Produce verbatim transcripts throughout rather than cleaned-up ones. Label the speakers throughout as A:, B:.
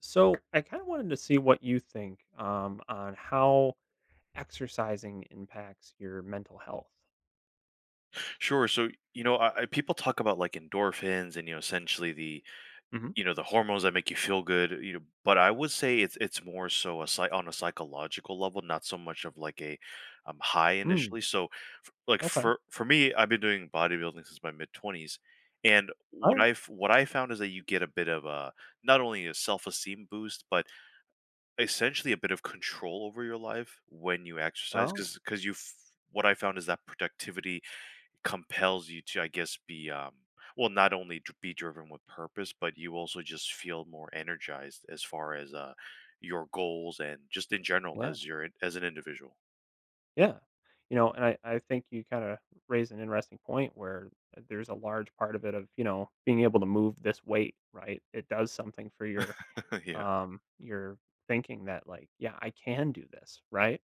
A: So I kind of wanted to see what you think um, on how exercising impacts your mental health.
B: Sure. So, you know, I, I, people talk about like endorphins and you know, essentially the
A: Hmm.
B: you know the hormones that make you feel good. You know, but I would say it's it's more so a psy- on a psychological level, not so much of like a um, high
A: Mm,
B: initially. So, f- like
A: okay.
B: for for me, I've been doing bodybuilding since my mid twenties, and
A: All
B: what
A: right.
B: I've what I found is that you get a bit of a not only a self esteem boost, but essentially a bit of control over your life when you exercise, because
A: Oh,
B: because you. f- what I found is that productivity compels you to, I guess, be um, well, not only dr- be driven with purpose, but you also just feel more energized as far as uh, your goals and just in general
A: yeah.
B: as your as an individual.
A: Yeah. You know, and I, I think you kind of raise an interesting point where there's a large part of it of, you know, being able to move this weight, right? It does something for your
B: Yeah.
A: um your thinking that like, yeah, I can do this, right?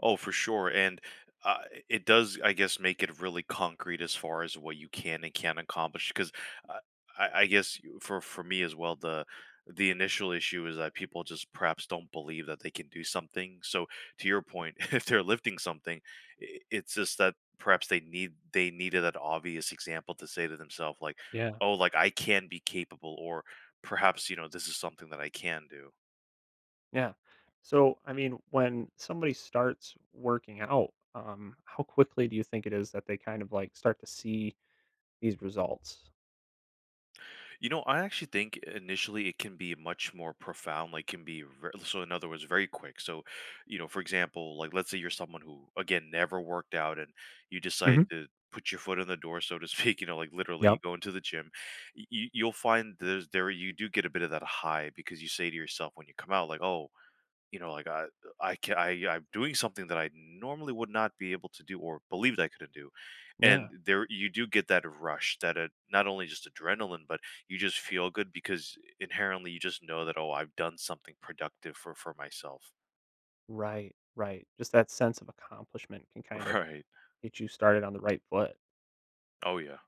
B: Oh, for sure. And uh, it does, I guess, make it really concrete as far as what you can and can't accomplish. Because uh, I, I guess you- for for me as well, the the initial issue is that people just perhaps don't believe that they can do something. So to your point, if they're lifting something, i- it's just that perhaps they need they needed that obvious example to say to themselves like,
A: Yeah.
B: oh, like I can be capable, or perhaps, you know, this is something that I can do.
A: Yeah. So, I mean, when somebody starts working out, um, how quickly do you think it is that they kind of like start to see these results?
B: You know, I actually think initially it can be much more profound, like can be ver- so in other words, very quick. So, you know, for example, like let's say you're someone who again never worked out and you decide
A: Hmm.
B: to put your foot in the door, so to speak, you know, like literally you
A: Yep.
B: go into the gym, y- you, you'll find there's there you do get a bit of that high because you say to yourself when you come out, like, oh, you know, like I I can I I'm doing something that I normally would not be able to do or believed I couldn't do, and
A: Yeah.
B: there you do get that rush that uh not only just adrenaline, but you just feel good because inherently you just know that, oh, I've done something productive for for myself.
A: Right. Right. Just that sense of accomplishment can kind of
B: Right.
A: get you started on the right foot.
B: Oh, yeah.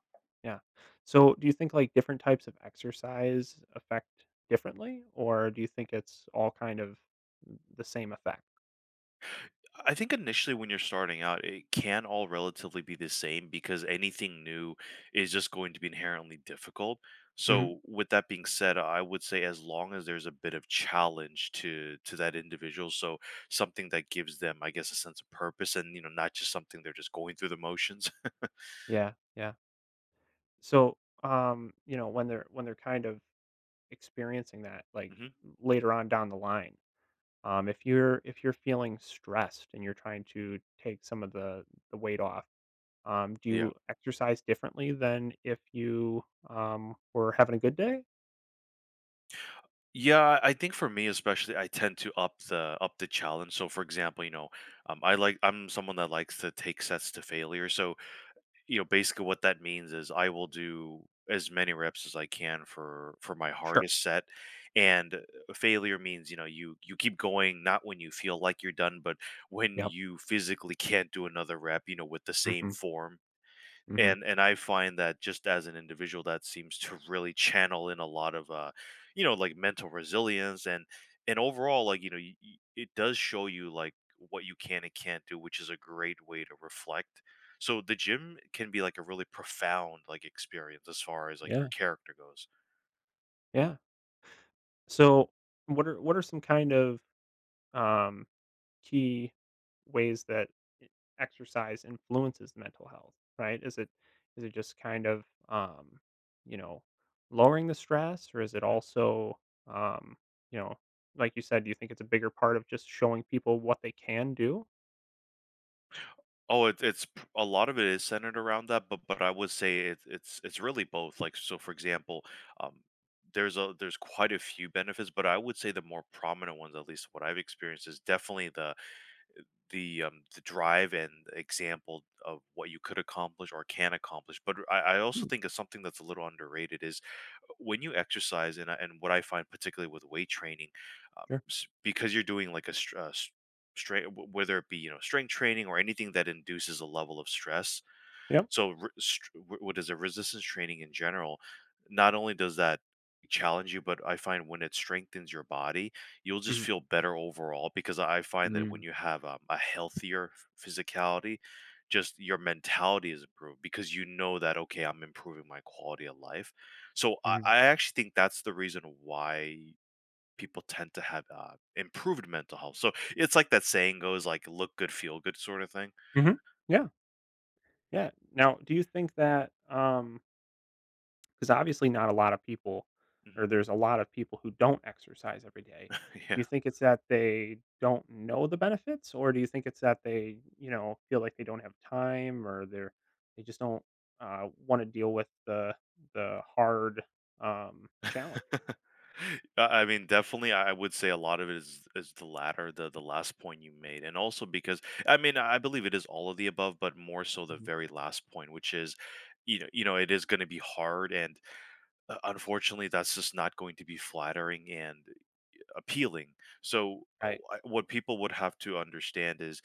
A: Yeah. So, do you think like different types of exercise affect differently, or do you think it's all kind of the same effect?
B: I think initially when you're starting out it can all relatively be the same because anything new is just going to be inherently difficult.
A: Hmm.
B: So with that being said, I would say as long as there's a bit of challenge to to that individual, so something that gives them, I guess, a sense of purpose, and you know, not just something they're just going through the motions.
A: Yeah, yeah. So, um, you know, when they're when they're kind of experiencing that like later on down the line. Um, if you're if you're feeling stressed and you're trying to take some of the the weight off, um, do
B: Yeah.
A: you exercise differently than if you um, were having a good day?
B: Yeah, I think for me especially, I tend to up the up the challenge. So for example, you know, um, I like I'm someone that likes to take sets to failure. So, you know, basically what that means is I will do as many reps as I can for for my
A: Sure.
B: hardest set. And uh, failure means, you know, you you keep going not when you feel like you're done, but when
A: Yep.
B: you physically can't do another rep, you know, with the same
A: Hmm.
B: form.
A: Hmm.
B: and and I find that just as an individual, that seems to really channel in a lot of, uh, you know, like mental resilience, and and overall, like, you know, y y it does show you like what you can and can't do, which is a great way to reflect. So the gym can be like a really profound like experience as far as like your
A: Yeah.
B: character goes.
A: Yeah. So what are what are some kind of um, key ways that e- exercise influences mental health, right? Is it is it just kind of um, you know lowering the stress, or is it also um, you know like you said, do you think it's a bigger part of just showing people what they can do?
B: Oh, it, it's p- a lot of it is centered around that, but but I would say it's it's it's really both. Like so, for example, um, there's a there's quite a few benefits, but I would say the more prominent ones, at least what I've experienced, is definitely the the um, the drive and example of what you could accomplish or can accomplish. But I, I also
A: Mm,
B: think it's something that's a little underrated is when you exercise and I- and what I find particularly with weight training, um,
A: sure.
B: s- because you're doing like a str- uh, strength, whether it be, you know, strength training or anything that induces a level of stress,
A: Yep.
B: so, re str wh what is it, resistance training in general, not only does that challenge you, but I find when it strengthens your body, you'll just
A: Mm-hmm.
B: feel better overall because I find that when you have, um, a healthier physicality, just your mentality is improved because you know that, "Okay, I'm improving my quality of life." So, I
A: Mm-hmm.
B: I actually think that's the reason why people tend to have, uh, improved mental health. So, it's like that saying goes, like, "Look good, feel good," sort of thing.
A: Hmm. Yeah. Yeah. Now, do you think that, um, 'cause obviously not a lot of people,
B: Mhm.
A: or there's a lot of people who don't exercise every day. Do
B: Yeah.
A: you think it's that they don't know the benefits, or do you think it's that they, you know, feel like they don't have time or they're they just don't, uh, wanna deal with the the hard, um, challenge?
B: I I mean, definitely, I I would say a lot of it is is the latter, the the last point you made, and also because I mean, I believe it is all of the above, but more so the
A: Mhm.
B: very last point, which is, you know, you know, it is going to be hard, and uh, unfortunately, that's just not going to be flattering and appealing. So,
A: Right.
B: uh, I- what people would have to understand is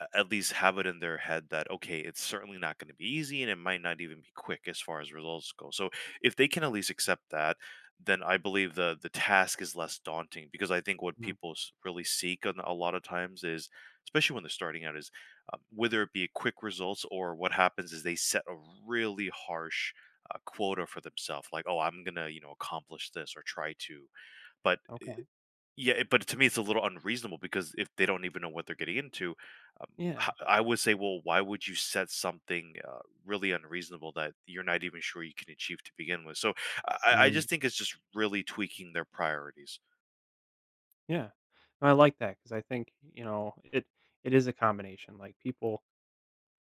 B: a- at least have it in their head that, okay, it's certainly not going to be easy and it might not even be quick as far as results go. So if they can at least accept that, then I believe the the task is less daunting because I think what
A: Mm,
B: people s- really seek on a lot of times is, especially when they're starting out, is um, whether it be quick results, or what happens is they set a really harsh uh, quota for themselves like, oh, I'm gonna, you know, accomplish this or try to, but
A: okay.
B: yeah, it but to me, it's a little unreasonable because if they don't even know what they're getting into, um,
A: Yeah.
B: h I would say, well, why would you set something, uh, really unreasonable that you're not even sure you can achieve to begin with? So I I I
A: Mm,
B: just think it's just really tweaking their priorities.
A: yeah. No, I like that because I think, you know, it it is a combination, like, people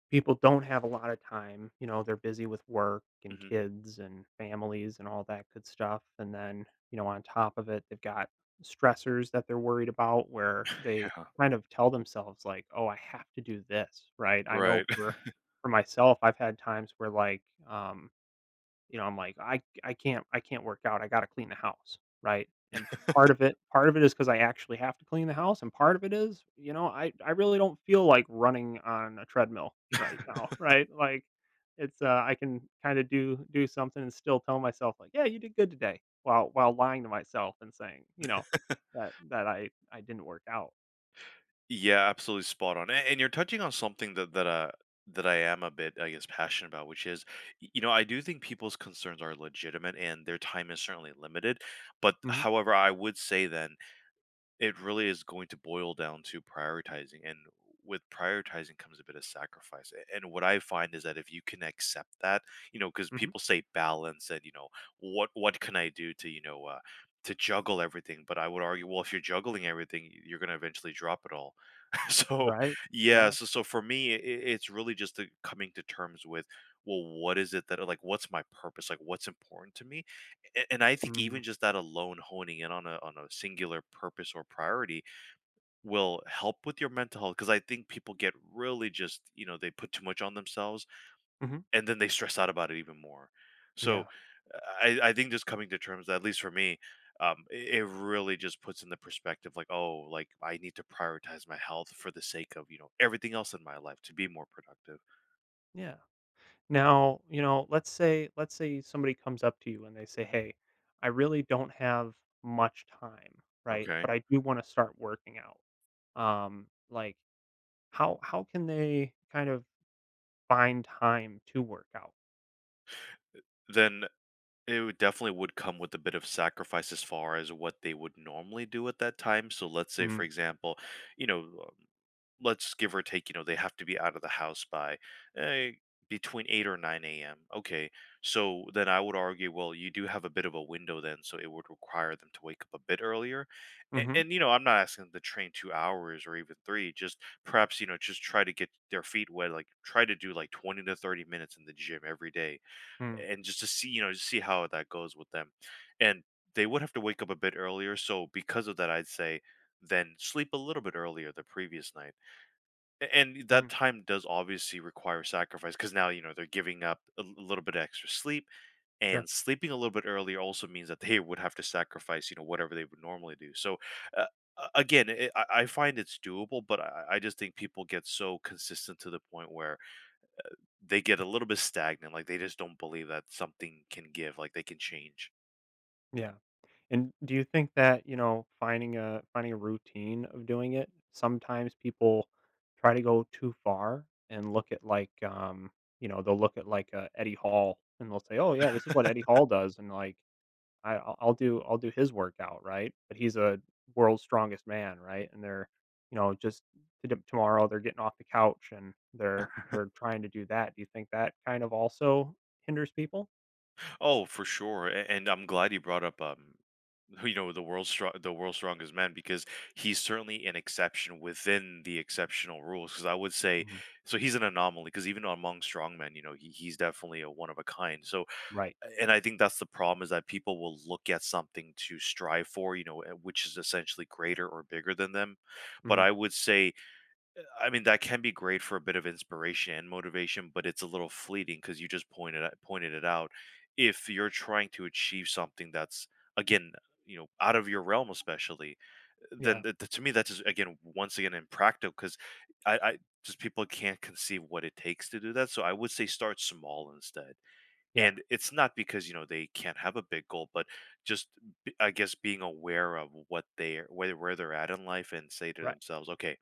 A: people don't have a lot of time, you know, they're busy with work and
B: Mhm.
A: kids and families and all that good stuff, and then, you know, on top of it, they've got stressors that they're worried about where they
B: Yeah,
A: kind of tell themselves like, "Oh, I have to do this," right? I
B: right.
A: know for for myself, I've had times where like, um you know, I'm like, "I I can't I can't work out, I gotta clean the house," right? And part of it part of it is because I actually have to clean the house, and part of it is, you know, I I really don't feel like running on a treadmill right now, right? Like, it's, uh I can kinda do do something and still tell myself like, "Yeah, you did good today," while while lying to myself and saying, you know, that that I I didn't work out.
B: Yeah, absolutely spot on, a and you're touching on something that that, uh, that I am a bit, I guess, passionate about, which is, y you know, I do think people's concerns are legitimate and their time is certainly limited, but
A: Mhm,
B: however, I would say then it really is going to boil down to prioritizing, and with prioritizing comes a bit of sacrifice. A- And what I find is that if you can accept that, you know, because
A: mhm,
B: people say balance, and you know, what what can I do to, you know, uh, to juggle everything? But I would argue, well, if you're juggling everything, y- you're going to eventually drop it all. So
A: right,
B: yeah,
A: yeah.
B: so so for me, it, it's really just the coming to terms with, well, what is it that, like, what's my purpose? Like what's important to me? A- and I think
A: Mm,
B: even just that alone, honing in on a on a singular purpose or priority will help with your mental health. Because I think people get really, just, you know, they put too much on themselves,
A: mhm,
B: and then they stress out about it even more. So
A: yeah,
B: uh, I I think just coming to terms, at least for me, um, i- it really just puts in the perspective like, oh, like I need to prioritize my health for the sake of, you know, everything else in my life to be more productive.
A: yeah. Now, you know, let's say let's say somebody comes up to you and they say,
B: Mhm.
A: "Hey, I really don't have much time, right?
B: Okay.
A: But I do want to start working out." Um, like how how can they kind of find time to work out?
B: Then It would definitely would come with a bit of sacrifice as far as what they would normally do at that time. So let's say, for
A: Mm.
B: example, you know, um, let's give or take, you know, they have to be out of the house by eh, between eight or nine a m. Okay. So then I would argue, well, you do have a bit of a window then. So it would require them to wake up a bit earlier. And,
A: Mhm.
B: and you know, I'm not asking them to train two hours or even three, just perhaps, you know, just try to get their feet wet, like try to do like twenty to thirty minutes in the gym every day
A: Mm.
B: and just to see, you know, just see how that goes with them. And they would have to wake up a bit earlier, so because of that, I'd say then sleep a little bit earlier the previous night. A- And that
A: Mm.
B: time does obviously require sacrifice because now, you know, they're giving up a l- little bit extra sleep,
A: Sure.
B: and sleeping a little bit earlier also means that they would have to sacrifice, you know, whatever they would normally do. So uh, a- again, it, I I find it's doable, but I, I just think people get so consistent to the point where they get a little bit stagnant, like, they just don't believe that something can give, like, they can change.
A: Yeah. And do you think that, you know, finding a finding a routine of doing it, sometimes people try to go too far and look at like um, you know, they'll look at like uh, Eddie Hall and they'll say, "Oh yeah, this is what Eddie Hall does." And like I I'll I'll do I'll do his workout, right? But he's a world's strongest man, right? And they're, you know, just to tomorrow they're getting off the couch, and they're they're trying to do that. Do you think that kind of also hinders people?
B: Oh, for sure, a and I'm glad you brought up, um, you know, the world's strong the world's strongest man because he's certainly an exception within the exceptional rules. Because I would say
A: Mhm.
B: so he's an anomaly, because even among strongmen, you know, he he's definitely a one of a kind. So,
A: Right.
B: and I think that's the problem is that people will look at something to strive for, you know, eh, which is essentially greater or bigger than them, but
A: Mhm.
B: I would say I mean, that can be great for a bit of inspiration and motivation, but it's a little fleeting because you just pointed out- pointed it out. If you're trying to achieve something that's again, you know, out of your realm, especially, then
A: Yeah.
B: th- th- to me that's just, again, once again impractical because I, I just people can't conceive what it takes to do that. So I would say start small instead,
A: Yeah.
B: and it's not because you know they can't have a big goal, but just b- I guess being aware of what they where where they're at in life and say to
A: Right.
B: themselves, okay,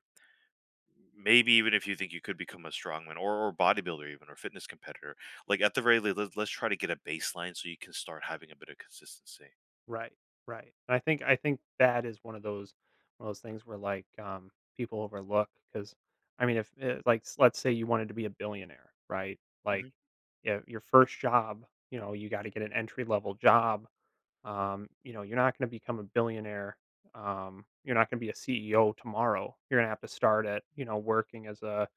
B: maybe even if you think you could become a strongman or, or bodybuilder even or fitness competitor, like at the very least, let's, let's try to get a baseline so you can start having a bit of consistency.
A: Right, right. And I think I think that is one of those one of those things where like um, people overlook because I mean, if uh, like s- let's say you wanted to be a billionaire, right? Like,
B: Mhm.
A: yeah, your first job, you know, you got to get an entry level job. Um, you know, you're not going to become a billionaire. Um, you're not going to be a C E O tomorrow. You're going to have to start at you know working as a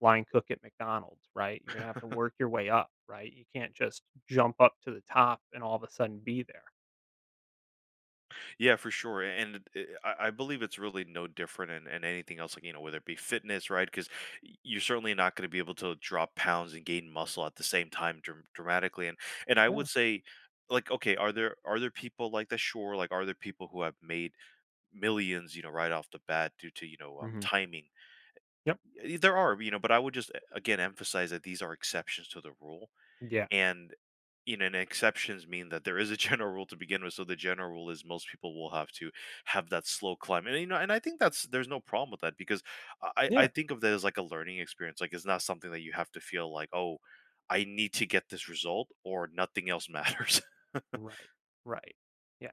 A: line cook at McDonald's, right? You're going to have to work your way up, right? You can't just jump up to the top and all of a sudden be there.
B: Yeah, for sure. And uh, i I believe it's really no different in, in anything else, like, you know, whether it be fitness, right? Because you're certainly not going to be able to drop pounds and gain muscle at the same time dram- dramatically. and and I would
A: Yeah.
B: say, like, okay, are there are there people like that? Sure. Like, are there people who have made millions, you know, right off the bat due to, you know, um,
A: Mhm.
B: timing?
A: Yep.
B: Y- There are, you know, but I would just uh, again emphasize that these are exceptions to the rule,
A: Yeah.
B: and, you know, and exceptions mean that there is a general rule to begin with. So the general rule is most people will have to have that slow climb, and, you know, and I think that's there's no problem with that because I I I
A: Yeah.
B: think of that as like a learning experience. Like, it's not something that you have to feel like, oh, I need to get this result or nothing else matters.
A: Right. Right. Yeah.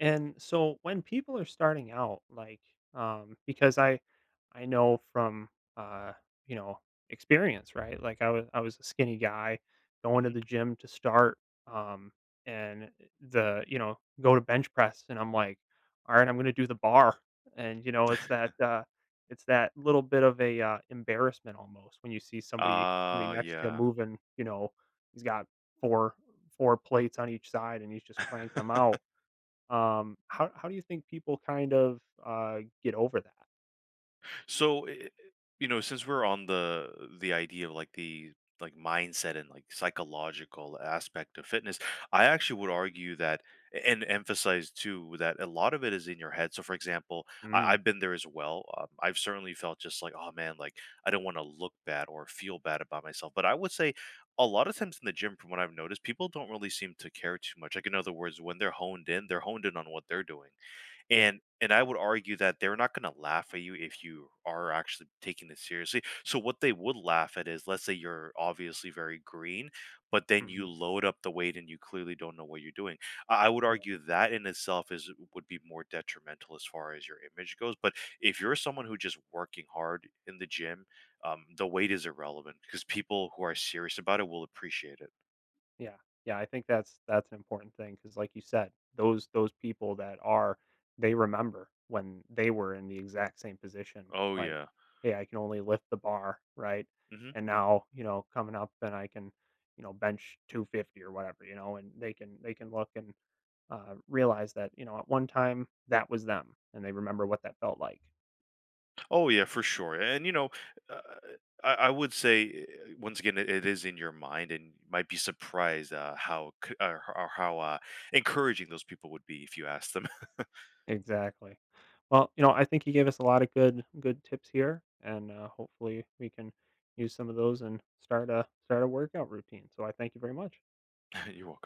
A: And so when people are starting out, like, um, because I, I know from, uh, you know, experience, right? Like I was, I was a skinny guy going to
B: Mhm.
A: the gym to start, um, and the, you know, go to bench press and I'm like, all right, I'm going to do the bar. And, you know, it's that, uh, it's that little bit of a uh, embarrassment almost when you see somebody, somebody
B: Uh,
A: next to you
B: yeah.
A: moving, you know, he's got four 4 plates on each side and he's just cranking them out. Um, how how do you think people kind of, uh, get over that?
B: So, i- you know, since we're on the the idea of like the like mindset and like psychological aspect of fitness, I actually would argue that and emphasize too that a lot of it is in your head. So, for example, I,
A: Mm,
B: I've been there as well. Um, I've certainly felt just like, oh man, like I don't want to look bad or feel bad about myself. But I would say a lot of times in the gym, from what I've noticed, people don't really seem to care too much. Like, in other words, when they're honed in, they're honed in on what they're doing.
A: yep,
B: And and I would argue that they're not gonna laugh at you if you are actually taking this seriously. So what they would laugh at is, let's say you're obviously very green, but then you
A: mhm,
B: load up the weight and you clearly don't know what you're doing. I I would
A: yeah,
B: argue that in itself is would be more detrimental as far as your image goes. But if you're someone who just working hard in the gym, um, the weight is irrelevant because people who are serious about it will appreciate it.
A: yeah, yeah, I think that's that's an important thing because, like you said, those those people that are they remember when they were in the exact same position,
B: Oh
A: like,
B: yeah.
A: "Hey, I can only lift the bar," right?
B: Mhm.
A: And now, you know, coming up and I can, you know, bench two fifty or whatever, you know, and they can they can look and uh, realize that, you know, at one time that was them and they remember what that felt like.
B: Oh yeah, for sure. And you know, uh, I, I would say, uh, once again, it, it is in your mind, and you might be surprised uh, how c- uh, or how uh, encouraging those people would be if you asked them.
A: Exactly. Well, you know, I think you gave us a lot of good good tips here, and uh, hopefully we can use some of those and start a start a workout routine. So I thank you very much.
B: You're welcome.